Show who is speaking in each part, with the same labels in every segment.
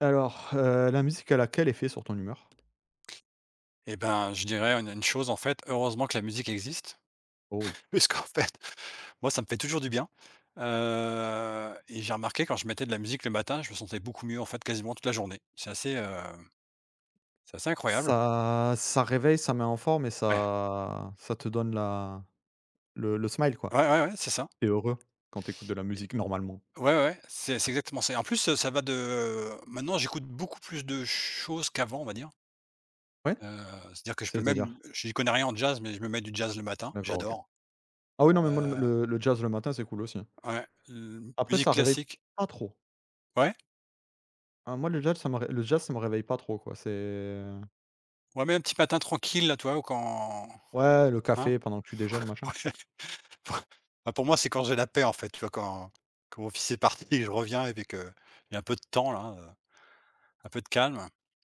Speaker 1: Alors, la musique, elle a quel effet sur ton humeur?
Speaker 2: Et ben, je dirais une chose, en fait, heureusement que la musique existe.
Speaker 1: Oh oui.
Speaker 2: Puisqu'en fait, moi, ça me fait toujours du bien. Et j'ai remarqué quand je mettais de la musique le matin, je me sentais beaucoup mieux, en fait, quasiment toute la journée. C'est assez incroyable.
Speaker 1: Ça réveille, ça met en forme et
Speaker 2: Ouais.
Speaker 1: ça te donne la le smile, quoi.
Speaker 2: Ouais, ouais, ouais, c'est ça.
Speaker 1: T'es heureux quand t'écoutes de la musique normalement.
Speaker 2: Ouais, ouais, c'est exactement ça et en plus, ça va de maintenant, j'écoute beaucoup plus de choses qu'avant, on va dire.
Speaker 1: Ouais?
Speaker 2: Heu, C'est-à-dire que je peux même
Speaker 1: C'est-à-dire?
Speaker 2: j'y connais rien en jazz, mais je me mets du jazz le matin,
Speaker 1: D'accord, OK.
Speaker 2: j'adore.
Speaker 1: Ah oui, non, mais moi, le
Speaker 2: Heu,
Speaker 1: le le jazz le matin, c'est cool aussi, hein.
Speaker 2: ouais, l
Speaker 1: Après,
Speaker 2: musique
Speaker 1: ça réveille
Speaker 2: classique,
Speaker 1: pas trop.
Speaker 2: ouais?
Speaker 1: Hein, moi, le jazz, ça me réveille pas trop, quoi. C'est
Speaker 2: Ouais, mais un petit matin tranquille là, tu vois? Ou quand,
Speaker 1: Ouais, le
Speaker 2: hein?
Speaker 1: café pendant que tu déjeunes, machin.
Speaker 2: Bah, pour moi, c'est quand j'ai la paix en fait, tu vois? Quand mon fils est parti et que je reviens et puis que j'ai un peu de temps là, un peu de calme,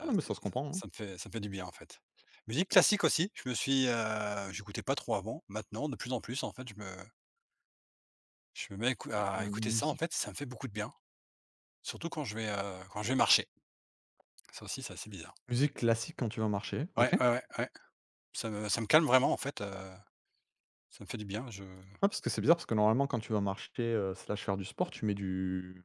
Speaker 1: Ah non, mais
Speaker 2: ça
Speaker 1: ça se
Speaker 2: ça
Speaker 1: comprend, hein.
Speaker 2: ça me fait ça me fait du bien en fait. Musique classique aussi, j'écoutais pas trop avant. Maintenant, de plus en plus en fait, je me mets à écou à
Speaker 1: Heu,
Speaker 2: écouter ça en
Speaker 1: musique
Speaker 2: fait, ça me fait beaucoup de bien, surtout quand je vais marcher. Ça aussi, c'est assez bizarre.
Speaker 1: musique classique quand tu vas marcher, OK.
Speaker 2: Ouais, ouais, ouais, ouais. Ça me calme vraiment en fait, ça me fait du bien, je
Speaker 1: Ouais, parce que c'est bizarre, parce que normalement, quand tu vas marcher, slash faire du sport, tu mets du,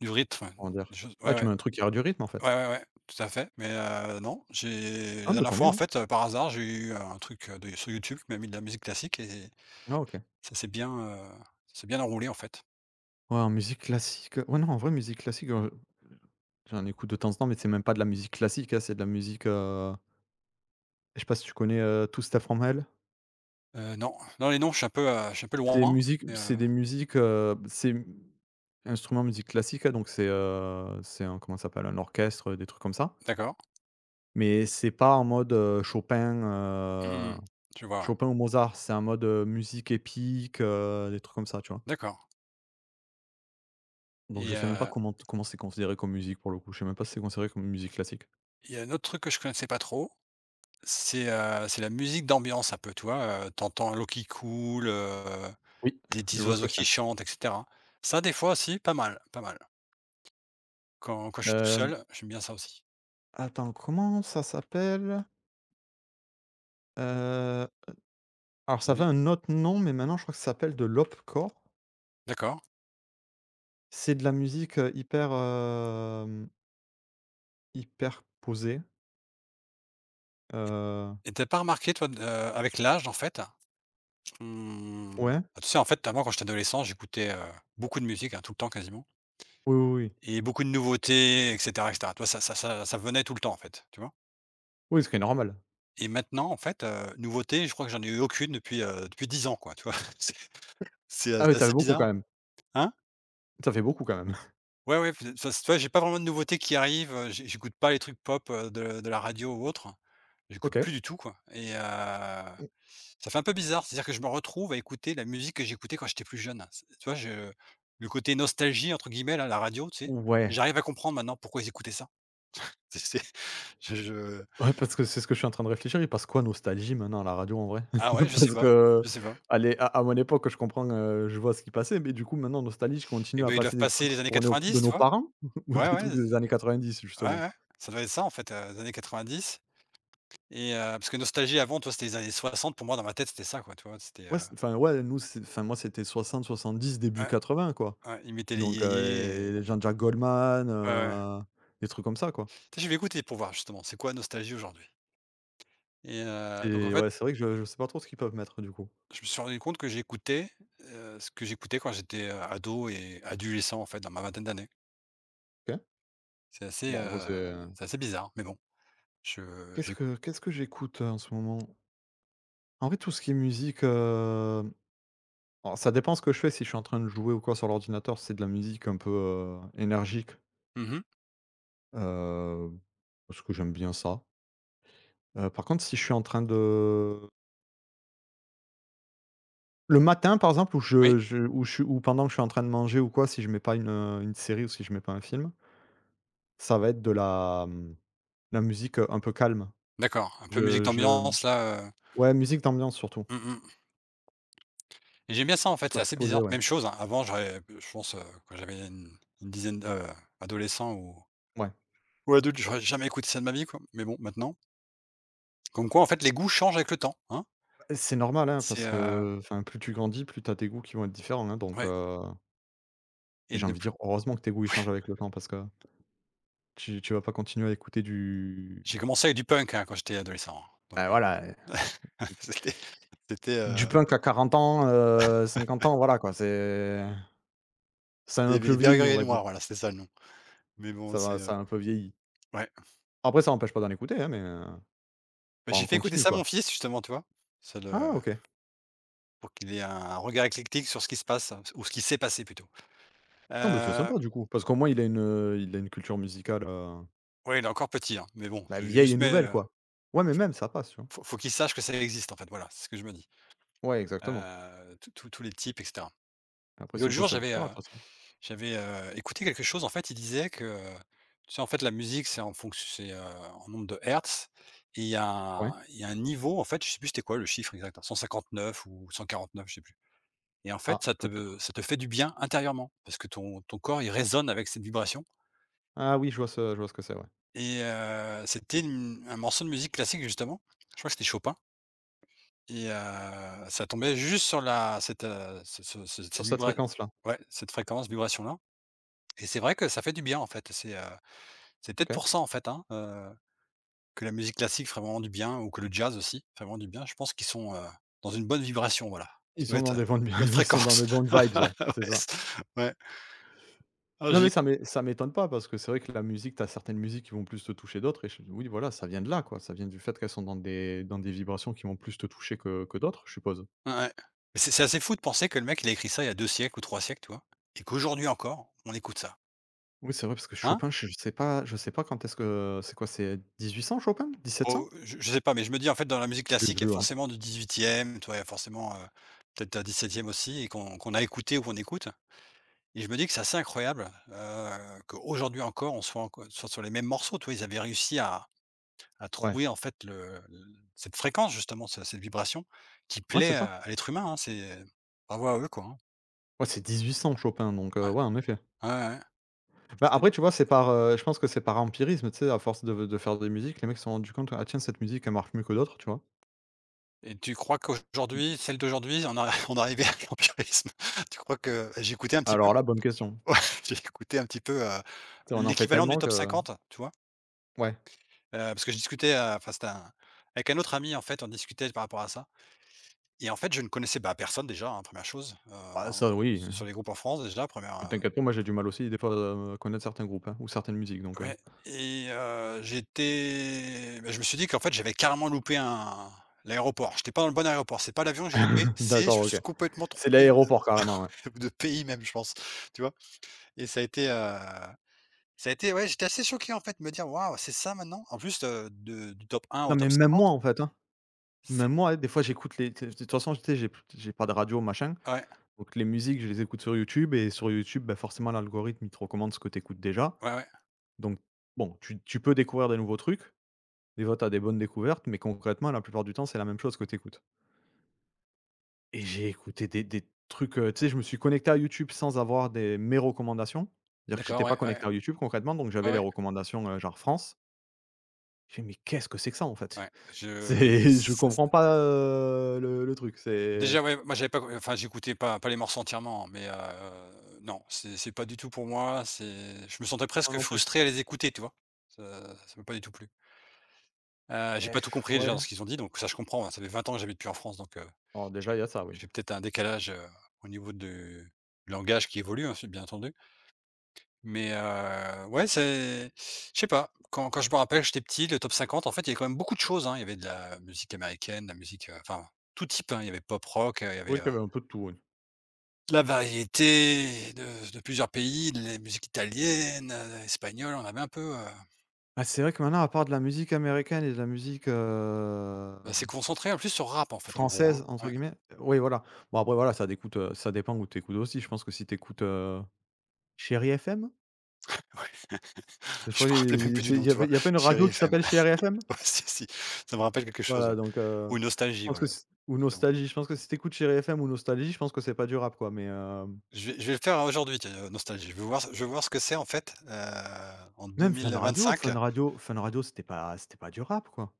Speaker 2: du rythme,
Speaker 1: comment
Speaker 2: ouais,
Speaker 1: dire?
Speaker 2: des choses,
Speaker 1: Ouais,
Speaker 2: ouais,
Speaker 1: tu
Speaker 2: ouais.
Speaker 1: mets un truc qui a du rythme, en fait.
Speaker 2: Ouais, ouais, ouais, tout à fait, mais non, j'ai la
Speaker 1: Ah, mais
Speaker 2: dernière
Speaker 1: tant
Speaker 2: fois,
Speaker 1: mieux,
Speaker 2: en
Speaker 1: hein.
Speaker 2: fait, par hasard, j'ai eu un truc, de sur YouTube qui m'a mis de la musique classique et
Speaker 1: Ah, OK.
Speaker 2: ça s'est bien, heu, ça s'est bien enroulé, en fait.
Speaker 1: Ouais, en musique classique, ouais, non, en vrai, musique classique, j'en écoute de temps en temps, mais c'est même pas de la musique classique, hein, c'est de la musique, je sais pas si tu connais, Two Steps From Hell?
Speaker 2: Non, non, les noms, je suis un peu, je suis un peu loin, mais
Speaker 1: C'est des musiques, c'est instruments musique classique, hein, donc c'est un, comment ça s'appelle? Un orchestre, des trucs comme ça,
Speaker 2: d'accord.
Speaker 1: mais c'est pas en mode,
Speaker 2: Mmh. Je vois, ouais.
Speaker 1: Chopin ou Mozart, c'est un mode, musique épique, des trucs comme ça, tu vois?
Speaker 2: D'accord
Speaker 1: Donc je
Speaker 2: et
Speaker 1: sais même pas comment c'est considéré comme musique pour le coup, je sais même pas si c'est considéré comme musique classique.
Speaker 2: il y a un autre truc que je connaissais pas trop, c'est la musique d'ambiance un peu, tu vois? Tu L'eau qui coule,
Speaker 1: Oui,
Speaker 2: des
Speaker 1: je
Speaker 2: petits
Speaker 1: vois ce
Speaker 2: oiseaux
Speaker 1: que c'est.
Speaker 2: qui chantent, et cetera. Ça, des fois aussi, pas mal, pas mal. Quand je suis tout
Speaker 1: Hem,
Speaker 2: seul, j'aime bien ça aussi.
Speaker 1: Attends, comment ça s'appelle? Heu, alors ça avait
Speaker 2: Mais
Speaker 1: un autre nom, mais maintenant je crois que ça s'appelle de l'opcore.
Speaker 2: d'accord.
Speaker 1: C'est de la musique hyper posée.
Speaker 2: Et
Speaker 1: heu,
Speaker 2: et tu pas remarqué toi, d avec l'âge en fait, mmh,
Speaker 1: ouais,
Speaker 2: bah, tu sais en fait avant quand j'étais adolescent j'écoutais, beaucoup de musique, hein, tout le temps quasiment
Speaker 1: oui, oui, oui.
Speaker 2: et beaucoup de nouveautés, et cetera, et cetera. Tu ça venait tout le temps en fait, tu vois?
Speaker 1: Oui, ce qui est normal.
Speaker 2: Et maintenant en fait, nouveauté, je crois que j'en ai eu aucune depuis 10 ans quoi, tu vois? C'est c'est, heu,
Speaker 1: Ah oui,
Speaker 2: c'est
Speaker 1: ça fait
Speaker 2: assez
Speaker 1: beaucoup quand
Speaker 2: bizarre.
Speaker 1: même.
Speaker 2: Hein?
Speaker 1: Ça fait beaucoup quand même.
Speaker 2: Ouais, ouais, puis, ça tu vois, j'ai pas vraiment de nouveautés qui arrivent, j'écoute pas les trucs pop, de la radio ou autre. J'écoute
Speaker 1: OK.
Speaker 2: plus du tout, quoi et ça fait un peu bizarre, c'est-à-dire que je me retrouve à écouter la musique que j'écoutais quand j'étais plus jeune. C'est tu vois, je le côté «nostalgie» entre guillemets là, la radio, tu sais?
Speaker 1: Ouais.
Speaker 2: J'arrive à comprendre maintenant pourquoi ils écoutaient ça. C'est je
Speaker 1: Ouais, parce que c'est ce que je suis en train de réfléchir. Il passe quoi Nostalgie maintenant à la radio en vrai?
Speaker 2: Ah, ouais,
Speaker 1: Parce que,
Speaker 2: je sais pas
Speaker 1: allez, à mon époque, je comprends, je vois ce qui passait, mais du coup, maintenant, Nostalgie, je continue
Speaker 2: et
Speaker 1: à
Speaker 2: beh, ils
Speaker 1: passer
Speaker 2: doivent
Speaker 1: des
Speaker 2: passer
Speaker 1: trucs
Speaker 2: les années
Speaker 1: tournés au de
Speaker 2: 90, tu
Speaker 1: nos
Speaker 2: vois?
Speaker 1: parents ou
Speaker 2: Ouais,
Speaker 1: des
Speaker 2: ouais,
Speaker 1: trucs des années 90
Speaker 2: ouais,
Speaker 1: justement?
Speaker 2: ouais, ça doit être ça en fait, les années 90. Et parce que nostalgie avant, toi, c'était les années 60, pour moi, dans ma tête, c'était ça, quoi, tu vois?
Speaker 1: Ouais, c enfin, ouais, nous, c'est enfin, moi, c'était 60, 70, début
Speaker 2: Ouais,
Speaker 1: 80 quoi.
Speaker 2: ouais, ils mettaient les
Speaker 1: Donc,
Speaker 2: yéyés et
Speaker 1: Jean-Jacques Goldman,
Speaker 2: ouais, ouais.
Speaker 1: des trucs comme ça, quoi.
Speaker 2: Tu Je vais écouter pour voir justement, c'est quoi nostalgie aujourd'hui? Donc en
Speaker 1: Et
Speaker 2: fait,
Speaker 1: ouais, c'est vrai que je sais pas trop ce qu'ils peuvent mettre du coup.
Speaker 2: je me suis rendu compte que ce que j'écoutais quand j'étais, ado et adolescent, en fait, dans ma vingtaine d'années.
Speaker 1: OK.
Speaker 2: C'est assez,
Speaker 1: Bon, en vrai, c'est
Speaker 2: heu, c'est assez bizarre, mais bon, je
Speaker 1: qu'est-ce
Speaker 2: j'écoute
Speaker 1: que qu'est-ce que j'écoute, en ce moment? En vrai, tout ce qui est musique. Alors ça dépend ce que je fais, si je suis en train de jouer ou quoi sur l'ordinateur, c'est de la musique un peu énergique,
Speaker 2: Mmh.
Speaker 1: heu, parce que j'aime bien ça. Par contre, si je suis en train de, le matin, par exemple, où
Speaker 2: Oui,
Speaker 1: je où je suis où pendant que je suis en train de manger ou quoi, si je mets pas une série ou si je mets pas un film, ça va être de la musique, un peu calme.
Speaker 2: d'accord, un peu musique
Speaker 1: Je
Speaker 2: d'ambiance là,
Speaker 1: Ouais, musique d'ambiance surtout.
Speaker 2: mmh mh et j'aime bien ça,
Speaker 1: Je
Speaker 2: en
Speaker 1: trouve
Speaker 2: fait,
Speaker 1: ça
Speaker 2: c'est
Speaker 1: plus
Speaker 2: assez
Speaker 1: posé,
Speaker 2: bizarre.
Speaker 1: ouais.
Speaker 2: Même chose, hein, avant j'aurais je pense, quand j'avais une dizaine, d'adolescents ou.
Speaker 1: Ouais.
Speaker 2: Ouais, de j'aurais jamais écouté ça de ma vie, quoi. Mais bon, maintenant. Comme quoi, en fait, les goûts changent avec le temps, hein.
Speaker 1: Bah, c'est normal, hein,
Speaker 2: C'est,
Speaker 1: parce
Speaker 2: heu
Speaker 1: que, enfin, plus tu grandis, plus tu as des goûts qui vont être différents, hein, donc
Speaker 2: ouais
Speaker 1: Et
Speaker 2: et
Speaker 1: j'ai
Speaker 2: de
Speaker 1: envie de
Speaker 2: plus
Speaker 1: dire: «Heureusement que tes goûts ils changent avec le temps parce que tu vas pas continuer à écouter du
Speaker 2: j'ai commencé avec du punk, hein, quand j'étais adolescent, hein.
Speaker 1: bah,
Speaker 2: Donc,
Speaker 1: voilà,
Speaker 2: c'était c'était,
Speaker 1: du
Speaker 2: heu,
Speaker 1: punk à 40 ans, 50 ans, voilà quoi». C'est Ça a
Speaker 2: il y
Speaker 1: un
Speaker 2: avait
Speaker 1: peu
Speaker 2: les
Speaker 1: vieilli, on
Speaker 2: Bergeriers
Speaker 1: va dire.
Speaker 2: Noirs, voilà, c'était ça le nom. Mais bon,
Speaker 1: Ça a un peu vieilli.
Speaker 2: ouais.
Speaker 1: Après ça n'empêche pas d'en écouter, hein, mais,
Speaker 2: Bah,
Speaker 1: pas en
Speaker 2: j'ai fait écouter
Speaker 1: continu
Speaker 2: ça à
Speaker 1: quoi.
Speaker 2: mon fils, justement, tu vois? Ça le
Speaker 1: Ah OK.
Speaker 2: Pour qu'il ait un regard éclectique sur ce qui se passe, ou ce qui s'est passé plutôt.
Speaker 1: Non, bah, c'est
Speaker 2: Heu,
Speaker 1: sympa du coup, parce qu'au moins il a une culture musicale,
Speaker 2: ouais, il est encore petit, hein, mais bon,
Speaker 1: bah,
Speaker 2: je lui ai
Speaker 1: vieille et
Speaker 2: juste mais,
Speaker 1: nouvelle quoi. Ouais, mais même ça passe, tu vois?
Speaker 2: faut qu'il sache que ça existe, en fait, voilà, c'est ce que je me dis.
Speaker 1: Ouais, exactement.
Speaker 2: Tous les types, et cetera.
Speaker 1: Après
Speaker 2: Et
Speaker 1: s'il
Speaker 2: l'autre
Speaker 1: faut
Speaker 2: jour,
Speaker 1: ça lui
Speaker 2: j'avais, heu
Speaker 1: plaira de toute façon.
Speaker 2: J'avais, heu, écouté quelque chose, en fait, il disait que, tu sais, en fait, la musique, c'est en nombre de hertz et il y a
Speaker 1: Ouais.
Speaker 2: un il y a un niveau, en fait, je sais plus c'était quoi le chiffre exact, 159 ou 149, je sais plus et en
Speaker 1: Ah,
Speaker 2: fait, ça te
Speaker 1: peut-être.
Speaker 2: ça te fait du bien intérieurement parce que ton corps, il résonne avec cette vibration
Speaker 1: Ah oui, je vois ce que c'est, ouais.
Speaker 2: et c'était une un morceau de musique classique, justement. Je crois que c'était Chopin et ça tombait juste sur la cette, ce ce ce-
Speaker 1: Sur
Speaker 2: cette
Speaker 1: cette
Speaker 2: vibra
Speaker 1: fréquence là.
Speaker 2: ouais, cette fréquence, vibration-là et c'est vrai que ça fait du bien, en fait. C'est peut-être
Speaker 1: OK.
Speaker 2: pour ça en fait, hein, que la musique classique ferait vraiment du bien ou que le jazz aussi ferait vraiment du bien. Je pense qu'ils sont, dans une bonne vibration, voilà. Ça
Speaker 1: Ils
Speaker 2: doit
Speaker 1: sont dans
Speaker 2: être,
Speaker 1: des bonnes.
Speaker 2: bonne
Speaker 1: Ils sont dans des
Speaker 2: fréquence.
Speaker 1: bonnes vibes, ouais, c'est
Speaker 2: Ouais,
Speaker 1: ça.
Speaker 2: c ouais. Ah,
Speaker 1: Non, mais
Speaker 2: j'ai
Speaker 1: ça m'étonne pas parce que c'est vrai que la musique, t'as certaines musiques qui vont plus te toucher d'autres et je oui, voilà, ça vient de là, quoi. Ça vient du fait qu'elles sont dans des vibrations qui vont plus te toucher que d'autres, je suppose.
Speaker 2: ouais, ouais. Mais c'est assez fou de penser que le mec il a écrit ça il y a 2 siècles ou 3 siècles, tu vois? Et qu'aujourd'hui encore, on écoute ça,
Speaker 1: Oui, c'est vrai parce que
Speaker 2: hein?
Speaker 1: Chopin, je sais pas quand est-ce que c'est quoi, c'est 1800 Chopin? 1700?
Speaker 2: Oh, je sais pas, mais je me dis en fait dans la musique
Speaker 1: Je sais
Speaker 2: classique, il y a
Speaker 1: plus, ouais.
Speaker 2: forcément du 18e, tu vois? Il y a forcément, peut-être un 17e aussi et qu'on a écouté ou qu'on écoute. Et je me dis que c'est assez incroyable, qu'aujourd'hui encore, on soit sur les mêmes morceaux, tu vois? Ils avaient réussi à
Speaker 1: Ouais.
Speaker 2: trouver en fait le l cette fréquence justement, ce cette vibration qui
Speaker 1: Ouais,
Speaker 2: plaît
Speaker 1: c'est ça.
Speaker 2: à l'être humain, hein. C'est bravo à eux quoi, hein.
Speaker 1: Ouais, c'est 1800 Chopin donc
Speaker 2: Ouais.
Speaker 1: ouais, en effet.
Speaker 2: Ouais, ouais.
Speaker 1: Bah,
Speaker 2: C'est
Speaker 1: après, tu vois, je pense que c'est par empirisme, tu sais, à force de faire des musiques, les mecs se sont rendus compte: «Ah tiens, cette musique, elle marche mieux que d'autres», tu vois?
Speaker 2: Et tu crois qu'aujourd'hui, celle d'aujourd'hui, on a on est arrivé à l'empirisme? Tu crois que j'ai écouté un petit peu,
Speaker 1: Alors là, bonne question.
Speaker 2: ouais, j'ai écouté un petit peu,
Speaker 1: Tu sais, on en fait
Speaker 2: l'équivalent du
Speaker 1: tellement que
Speaker 2: top 50, tu vois?
Speaker 1: ouais.
Speaker 2: Parce que je discutais, enfin c'était un avec un autre ami en fait, on discutait par rapport à ça. Et en fait, je ne connaissais, bah, personne déjà, hein, 1 chose,
Speaker 1: Bah, ça oui,
Speaker 2: sur les groupes en France déjà, Première.
Speaker 1: mais
Speaker 2: Re
Speaker 1: t'inquiète pas, moi j'ai du mal aussi des fois, à connaître certains groupes, hein, ou certaines musiques donc
Speaker 2: Ouais et j'étais bah, je me suis dit qu'en fait, j'avais carrément loupé un l'aéroport. J'étais pas dans le bon aéroport. C'est pas l'avion que j'ai loupé, c'est
Speaker 1: D'accord,
Speaker 2: je me
Speaker 1: OK.
Speaker 2: suis complètement
Speaker 1: C'est
Speaker 2: trompé
Speaker 1: l'aéroport carrément, ouais.
Speaker 2: de pays même, je pense, tu vois? Et ça a été Ouais, j'étais assez choqué en fait de me dire: «Waouh, c'est ça maintenant?» en plus, de du top un
Speaker 1: Non
Speaker 2: au
Speaker 1: mais
Speaker 2: top
Speaker 1: même
Speaker 2: cinquante.
Speaker 1: moi en fait, hein. Même
Speaker 2: C'est
Speaker 1: moi, hein, des fois j'écoute les de toute façon, tu sais, j'ai pas de radio machin,
Speaker 2: Ouais,
Speaker 1: donc les musiques je les écoute sur YouTube et sur YouTube, bah, forcément l'algorithme il te recommande ce que tu écoutes déjà.
Speaker 2: ouais, ouais,
Speaker 1: Donc bon, tu peux découvrir des nouveaux trucs, des fois t'as des bonnes découvertes, mais concrètement la plupart du temps c'est la même chose que tu. Et j'ai écouté des trucs, tu sais, je me suis connecté à YouTube sans avoir des mes recommandations. C'est-à-dire que j'étais
Speaker 2: d'accord,
Speaker 1: pas
Speaker 2: ouais, ouais,
Speaker 1: connecté à YouTube concrètement, donc
Speaker 2: ouais,
Speaker 1: j'avais les
Speaker 2: ouais,
Speaker 1: recommandations, genre France. J'ai dit: «Mais qu'est-ce que c'est que ça en fait?»
Speaker 2: ouais, je
Speaker 1: C'est Je comprends pas, le truc, c'est
Speaker 2: déjà, ouais, moi j'avais pas enfin j'écoutais pas les morceaux entièrement, hein, mais non, c'est pas du tout pour moi, c'est je me sentais
Speaker 1: moi
Speaker 2: presque
Speaker 1: non plus.
Speaker 2: frustré à les écouter, tu vois? Ça m'a pas du tout plu. J'ai
Speaker 1: Et
Speaker 2: pas tout compris
Speaker 1: ouais.
Speaker 2: déjà dans ce qu'ils ont dit, donc ça je comprends, hein, ça fait 20 ans que j'habite plus en France, donc
Speaker 1: Alors
Speaker 2: j'ai
Speaker 1: déjà il y a ça oui.
Speaker 2: j'ai peut-être un décalage, au niveau du langage qui évolue, hein, c'est bien entendu. Mais ouais, c'est je sais pas, quand je me rappelle, j'étais petit, le top 50, en fait, il y avait quand même beaucoup de choses, hein. Il y avait de la musique américaine, de la musique, enfin tout type, hein. Il y avait pop rock,
Speaker 1: C'est vrai qu'il y avait un peu de tout, oui.
Speaker 2: la variété de plusieurs pays, de la musique italienne, espagnole, on avait un peu,
Speaker 1: Bah, c'est vrai que maintenant à part de la musique américaine et de la musique,
Speaker 2: bah, s'est concentré en plus sur rap en fait en gros,
Speaker 1: «française»
Speaker 2: hein.
Speaker 1: entre
Speaker 2: Ouais,
Speaker 1: guillemets, oui voilà. Bon après voilà, ça dépend où tu écoutes aussi. Je pense que si tu écoutes, Chérie FM?
Speaker 2: ouais,
Speaker 1: Je
Speaker 2: je
Speaker 1: crois
Speaker 2: me rappelais même
Speaker 1: qu'il
Speaker 2: plus du
Speaker 1: c'est il
Speaker 2: nom,
Speaker 1: y
Speaker 2: tu
Speaker 1: avait
Speaker 2: vois?
Speaker 1: il y a pas une radio
Speaker 2: Chéri
Speaker 1: qui
Speaker 2: FM.
Speaker 1: s'appelle Chéri FM?
Speaker 2: Ouais, si, si, ça me rappelle quelque chose,
Speaker 1: Voilà
Speaker 2: ouais.
Speaker 1: donc,
Speaker 2: Ou
Speaker 1: je
Speaker 2: Nostalgie,
Speaker 1: pense
Speaker 2: voilà,
Speaker 1: que c ou
Speaker 2: justement.
Speaker 1: Nostalgie, je pense que si tu écoutes Chéri FM ou Nostalgie, je pense que c'est pas du rap quoi, mais hem,
Speaker 2: Je vais le faire aujourd'hui, tiens, Nostalgie. Je vais voir ce que c'est en fait, en
Speaker 1: même Fun Radio,
Speaker 2: 2025.
Speaker 1: Fun Radio c'était pas du rap quoi.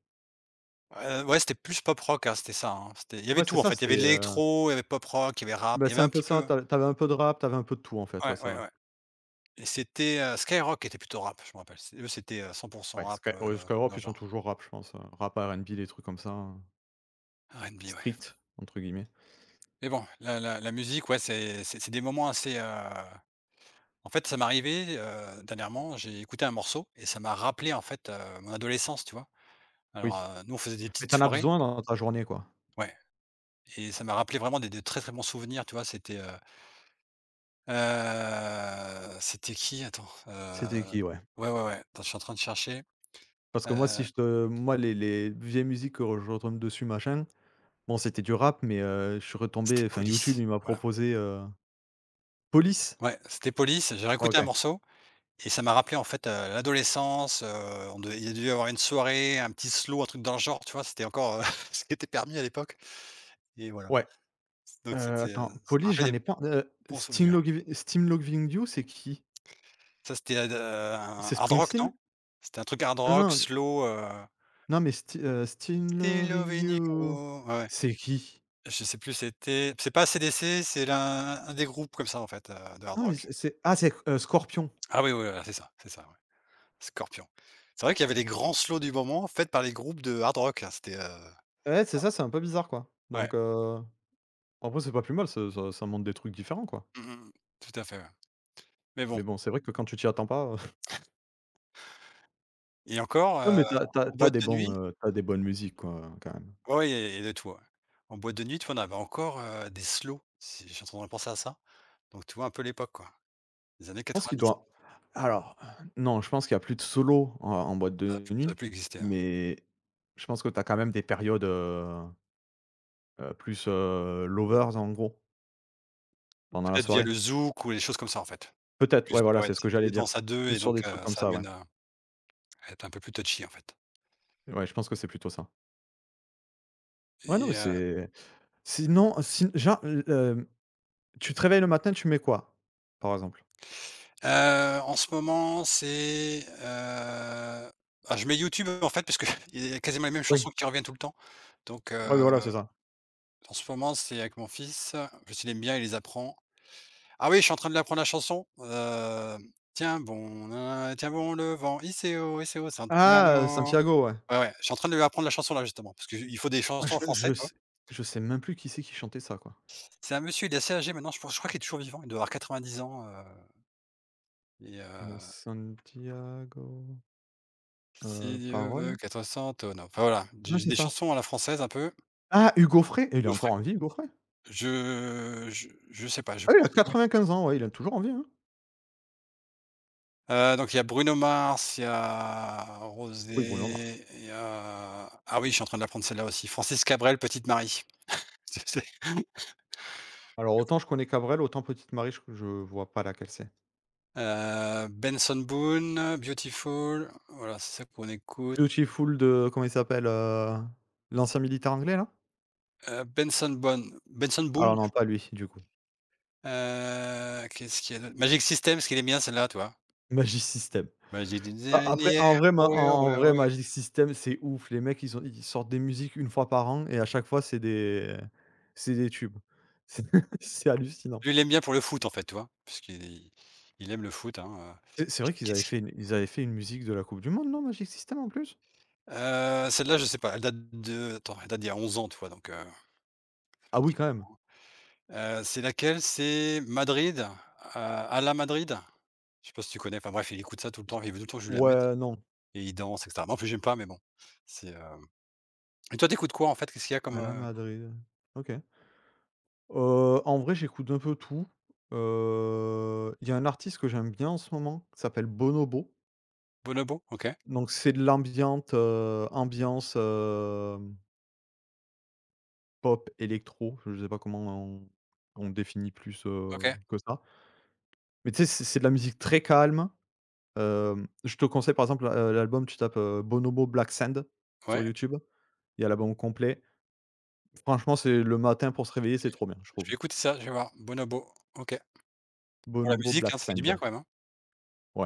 Speaker 2: Ouais, c'était plus pop rock, hein, c'était ça, hein. C'était il y avait
Speaker 1: Ouais c'est
Speaker 2: tout en
Speaker 1: ça,
Speaker 2: fait, il y avait de l'électro, il y avait pop rock, il y avait rap,
Speaker 1: bah,
Speaker 2: il y
Speaker 1: c'est
Speaker 2: avait
Speaker 1: un
Speaker 2: un
Speaker 1: peu
Speaker 2: petit
Speaker 1: ça,
Speaker 2: peu,
Speaker 1: tu avais un peu de rap, tu avais un peu de tout en fait, ouais
Speaker 2: ouais,
Speaker 1: c'est
Speaker 2: ouais,
Speaker 1: vrai.
Speaker 2: ouais. Et c'était, Skyrock était plutôt rap, je me rappelle. C'est eux, c'était, 100
Speaker 1: Ouais
Speaker 2: rap, un truc
Speaker 1: Skyrock
Speaker 2: dans le
Speaker 1: ils sont
Speaker 2: genre.
Speaker 1: toujours rap je pense, rap, R&B, des trucs comme ça, hein.
Speaker 2: RnB, ouais.
Speaker 1: «Street» entre guillemets.
Speaker 2: Mais bon, la musique, ouais, c'est des moments assez en fait, ça m'est arrivé, dernièrement, j'ai écouté un morceau et ça m'a rappelé, en fait, mon adolescence, tu vois? Alors,
Speaker 1: Oui,
Speaker 2: nous, on faisait des
Speaker 1: mais
Speaker 2: petites
Speaker 1: tu en as
Speaker 2: soirées,
Speaker 1: besoin dans ta journée quoi.
Speaker 2: ouais, et ça m'a rappelé vraiment des de très, très bons souvenirs, tu vois? C'était, c'était qui? Attends,
Speaker 1: C'était qui ouais?
Speaker 2: ouais, ouais, ouais, attends, je suis en train de chercher,
Speaker 1: Parce que
Speaker 2: heu,
Speaker 1: moi si je te moi les vieilles musiques que je retombe dessus machin. Bon, c'était du rap, mais je suis
Speaker 2: c'était
Speaker 1: retombé enfin YouTube,
Speaker 2: Police,
Speaker 1: il m'a
Speaker 2: voilà.
Speaker 1: proposé, Police?
Speaker 2: Ouais, c'était Police, j'ai réécouté un
Speaker 1: OK,
Speaker 2: morceau. Et ça m'a rappelé, en fait, l'adolescence, on devait il y a dû y avoir une soirée, un petit slow, un truc dans le genre, tu vois? C'était encore, ce qui était permis à l'époque, et voilà.
Speaker 1: ouais,
Speaker 2: Donc c'était,
Speaker 1: attends,
Speaker 2: ça m'a
Speaker 1: Police, j'en
Speaker 2: rappelé des
Speaker 1: ai pas
Speaker 2: bons souvenirs.
Speaker 1: Sting Loving You, c'est qui?
Speaker 2: Ça, c'était ad un
Speaker 1: C'est
Speaker 2: hard rock, non?
Speaker 1: Springsteen?
Speaker 2: C'était un truc hard
Speaker 1: Non,
Speaker 2: rock,
Speaker 1: non,
Speaker 2: slow,
Speaker 1: non, mais Sting Loving
Speaker 2: Slovenia,
Speaker 1: You,
Speaker 2: ouais, ouais.
Speaker 1: c'est qui?
Speaker 2: Je sais plus, c'était, c'est pas C D C, c'est l'un un des groupes comme ça, en fait, de hard
Speaker 1: Non, mais
Speaker 2: rock.
Speaker 1: c'est ah, Scorpions.
Speaker 2: Ah oui, oui, voilà, c'est ça, ouais. Scorpions. C'est vrai qu'il y avait les grands slows du moment faits par les groupes de hard rock, là, c'était,
Speaker 1: Ouais, c'est ça, c'est un peu bizarre, quoi,
Speaker 2: ouais.
Speaker 1: donc après c'est pas plus mal, ça ça ça montre des trucs différents, quoi,
Speaker 2: Mmh mh, tout à fait, ouais. Mais
Speaker 1: mais
Speaker 2: bon,
Speaker 1: bon, c'est vrai que quand tu t'y attends pas,
Speaker 2: et encore,
Speaker 1: non, mais t'as t'as
Speaker 2: en
Speaker 1: tu
Speaker 2: boîte
Speaker 1: des
Speaker 2: de
Speaker 1: bons,
Speaker 2: nuit,
Speaker 1: tu des bonnes musiques, quoi, quand même.
Speaker 2: oui, et il de tout, ouais. En boîte de nuit, tu vois, on avait encore, des slows, si je suis en train de penser à ça, donc tu vois, un peu l'époque, quoi. Les années
Speaker 1: Je pense qu'il
Speaker 2: 90.
Speaker 1: doit Alors, non, je pense qu'il y a plus de solo en boîte
Speaker 2: Plus
Speaker 1: de
Speaker 2: ça a
Speaker 1: nuit,
Speaker 2: plus existé, hein,
Speaker 1: mais je pense que tu as quand même des périodes plus, lovers en gros,
Speaker 2: ou
Speaker 1: pendant la
Speaker 2: peut-être via
Speaker 1: soirée.
Speaker 2: le zouk ou les choses comme ça, en fait. C'est
Speaker 1: Peut-être,
Speaker 2: plus,
Speaker 1: ouais, voilà,
Speaker 2: ouais,
Speaker 1: c'est ce que
Speaker 2: c'est plus
Speaker 1: j'allais
Speaker 2: des
Speaker 1: dire.
Speaker 2: danses à 2,
Speaker 1: Plus
Speaker 2: et
Speaker 1: sur
Speaker 2: donc
Speaker 1: des trucs comme
Speaker 2: ça
Speaker 1: ça, ouais.
Speaker 2: amène à être un peu plus touchy, en fait.
Speaker 1: Ouais, je pense que c'est plutôt ça. Ouais, non, mais
Speaker 2: et heu
Speaker 1: c'est sinon, si genre, l tu te réveilles le matin, tu mets quoi, par exemple?
Speaker 2: En ce moment, c'est, ah, je mets YouTube, en fait, parce qu'il y a quasiment les mêmes
Speaker 1: Oui.
Speaker 2: chansons qui reviennent tout le temps, donc
Speaker 1: Ouais, voilà, c'est ça.
Speaker 2: en ce moment, c'est avec mon fils, parce qu'il aime bien, il les apprend. Ah oui, je suis en train de l'apprendre la chanson. Tiens bon, na tiens bon le vent, ICO, ICO
Speaker 1: Ah,
Speaker 2: Santiano.
Speaker 1: Santiago, ouais.
Speaker 2: Ouais, ouais, je suis en train de lui apprendre la chanson là justement, parce qu'il faut des
Speaker 1: Ah,
Speaker 2: chansons en français, tu vois?
Speaker 1: je sais même plus qui c'est qui chantait ça, quoi.
Speaker 2: C'est un monsieur, il est assez âgé maintenant, je pense, je crois qu'il est toujours vivant, il doit avoir 90 ans, et heu,
Speaker 1: Santiago.
Speaker 2: si Dieu veut,
Speaker 1: Paroles?
Speaker 2: 400 tonneaux. Enfin voilà,
Speaker 1: Ouais,
Speaker 2: j'ai
Speaker 1: c'est
Speaker 2: des
Speaker 1: ça.
Speaker 2: chansons à la française un peu.
Speaker 1: Ah, Hugo Frey! Et il est encore
Speaker 2: Coffret.
Speaker 1: en vie, Hugo Frey?
Speaker 2: Je sais pas, je
Speaker 1: Ah oui, il a
Speaker 2: pense que oui.
Speaker 1: 95 ans, ouais, il est toujours en vie, hein.
Speaker 2: Donc il y a Bruno Mars, il y a
Speaker 1: Oui, Bruno Mars.
Speaker 2: Rosé, il y a, ah oui, je suis en train de l'apprendre celle-là aussi, Francis Cabrel, Petite Marie. C'est
Speaker 1: Alors autant je connais Cabrel, autant Petite Marie, je vois pas laquelle c'est.
Speaker 2: Benson Boone, Beautiful, voilà, c'est ça qu'on écoute.
Speaker 1: Beautiful de comment il s'appelle, l'ancien militaire anglais, là?
Speaker 2: Benson Boone, Benson
Speaker 1: Alors
Speaker 2: Boone,
Speaker 1: non, pas lui, du coup.
Speaker 2: qu'est-ce qu'il y a d'autre? Magic System, est-ce qu'il aime bien celle-là, tu vois?
Speaker 1: Magic System.
Speaker 2: Magic System,
Speaker 1: A Après,
Speaker 2: yeah,
Speaker 1: en vrai,
Speaker 2: ouais, ouais, ouais.
Speaker 1: Magic System, c'est ouf. Les mecs, ils sortent des musiques une fois par an et à chaque fois, c'est des tubes. C'est c'est hallucinant.
Speaker 2: Lui, il aime bien pour le foot, en fait, tu vois? Parce qu'il aime le foot, hein,
Speaker 1: C'est vrai qu'ils avaient
Speaker 2: Qu'est-ce
Speaker 1: fait
Speaker 2: qui,
Speaker 1: une musique de la coupe du monde, non, Magic System, en plus?
Speaker 2: celle-là, je sais pas, elle date de, attends, elle date d'il y a 11 ans, tu vois? Donc ça fait
Speaker 1: Ah
Speaker 2: un
Speaker 1: oui,
Speaker 2: petit
Speaker 1: quand
Speaker 2: peu.
Speaker 1: même.
Speaker 2: C'est laquelle? C'est Madrid, à la Madrid? Je sais pas si tu connais? Enfin bref, il écoute ça tout le temps, il veut tout le temps que je lui la mette.
Speaker 1: Ouais, non.
Speaker 2: Et ils dansent et cetera. Moi, en plus, j'aime pas, mais bon, c'est, et toi, t'écoutes quoi, en fait? Qu'est-ce qu'il y a comme,
Speaker 1: À la Madrid. OK. En vrai, j'écoute un peu tout. Il y a un artiste que j'aime bien en ce moment, qui s'appelle Bonobo.
Speaker 2: Bonobo? OK.
Speaker 1: Donc c'est de l'ambiante, ambiance, pop électro. Je sais pas comment on définit plus,
Speaker 2: OK.
Speaker 1: que ça. Mais tu sais, c'est de la musique très calme. Je te conseille par exemple, l'album tu tapes, Bonobo Black Sand sur
Speaker 2: Ouais,
Speaker 1: YouTube. Il y a l'album complet. Franchement, c'est le matin pour se réveiller, c'est trop bien, je
Speaker 2: je
Speaker 1: trouve.
Speaker 2: vais écouter ça, je vais voir. Bonobo. OK. Pour la
Speaker 1: Bonobo
Speaker 2: musique,
Speaker 1: Black
Speaker 2: hein, ça fait du
Speaker 1: Sand.
Speaker 2: bien quand même, hein?
Speaker 1: Ouais.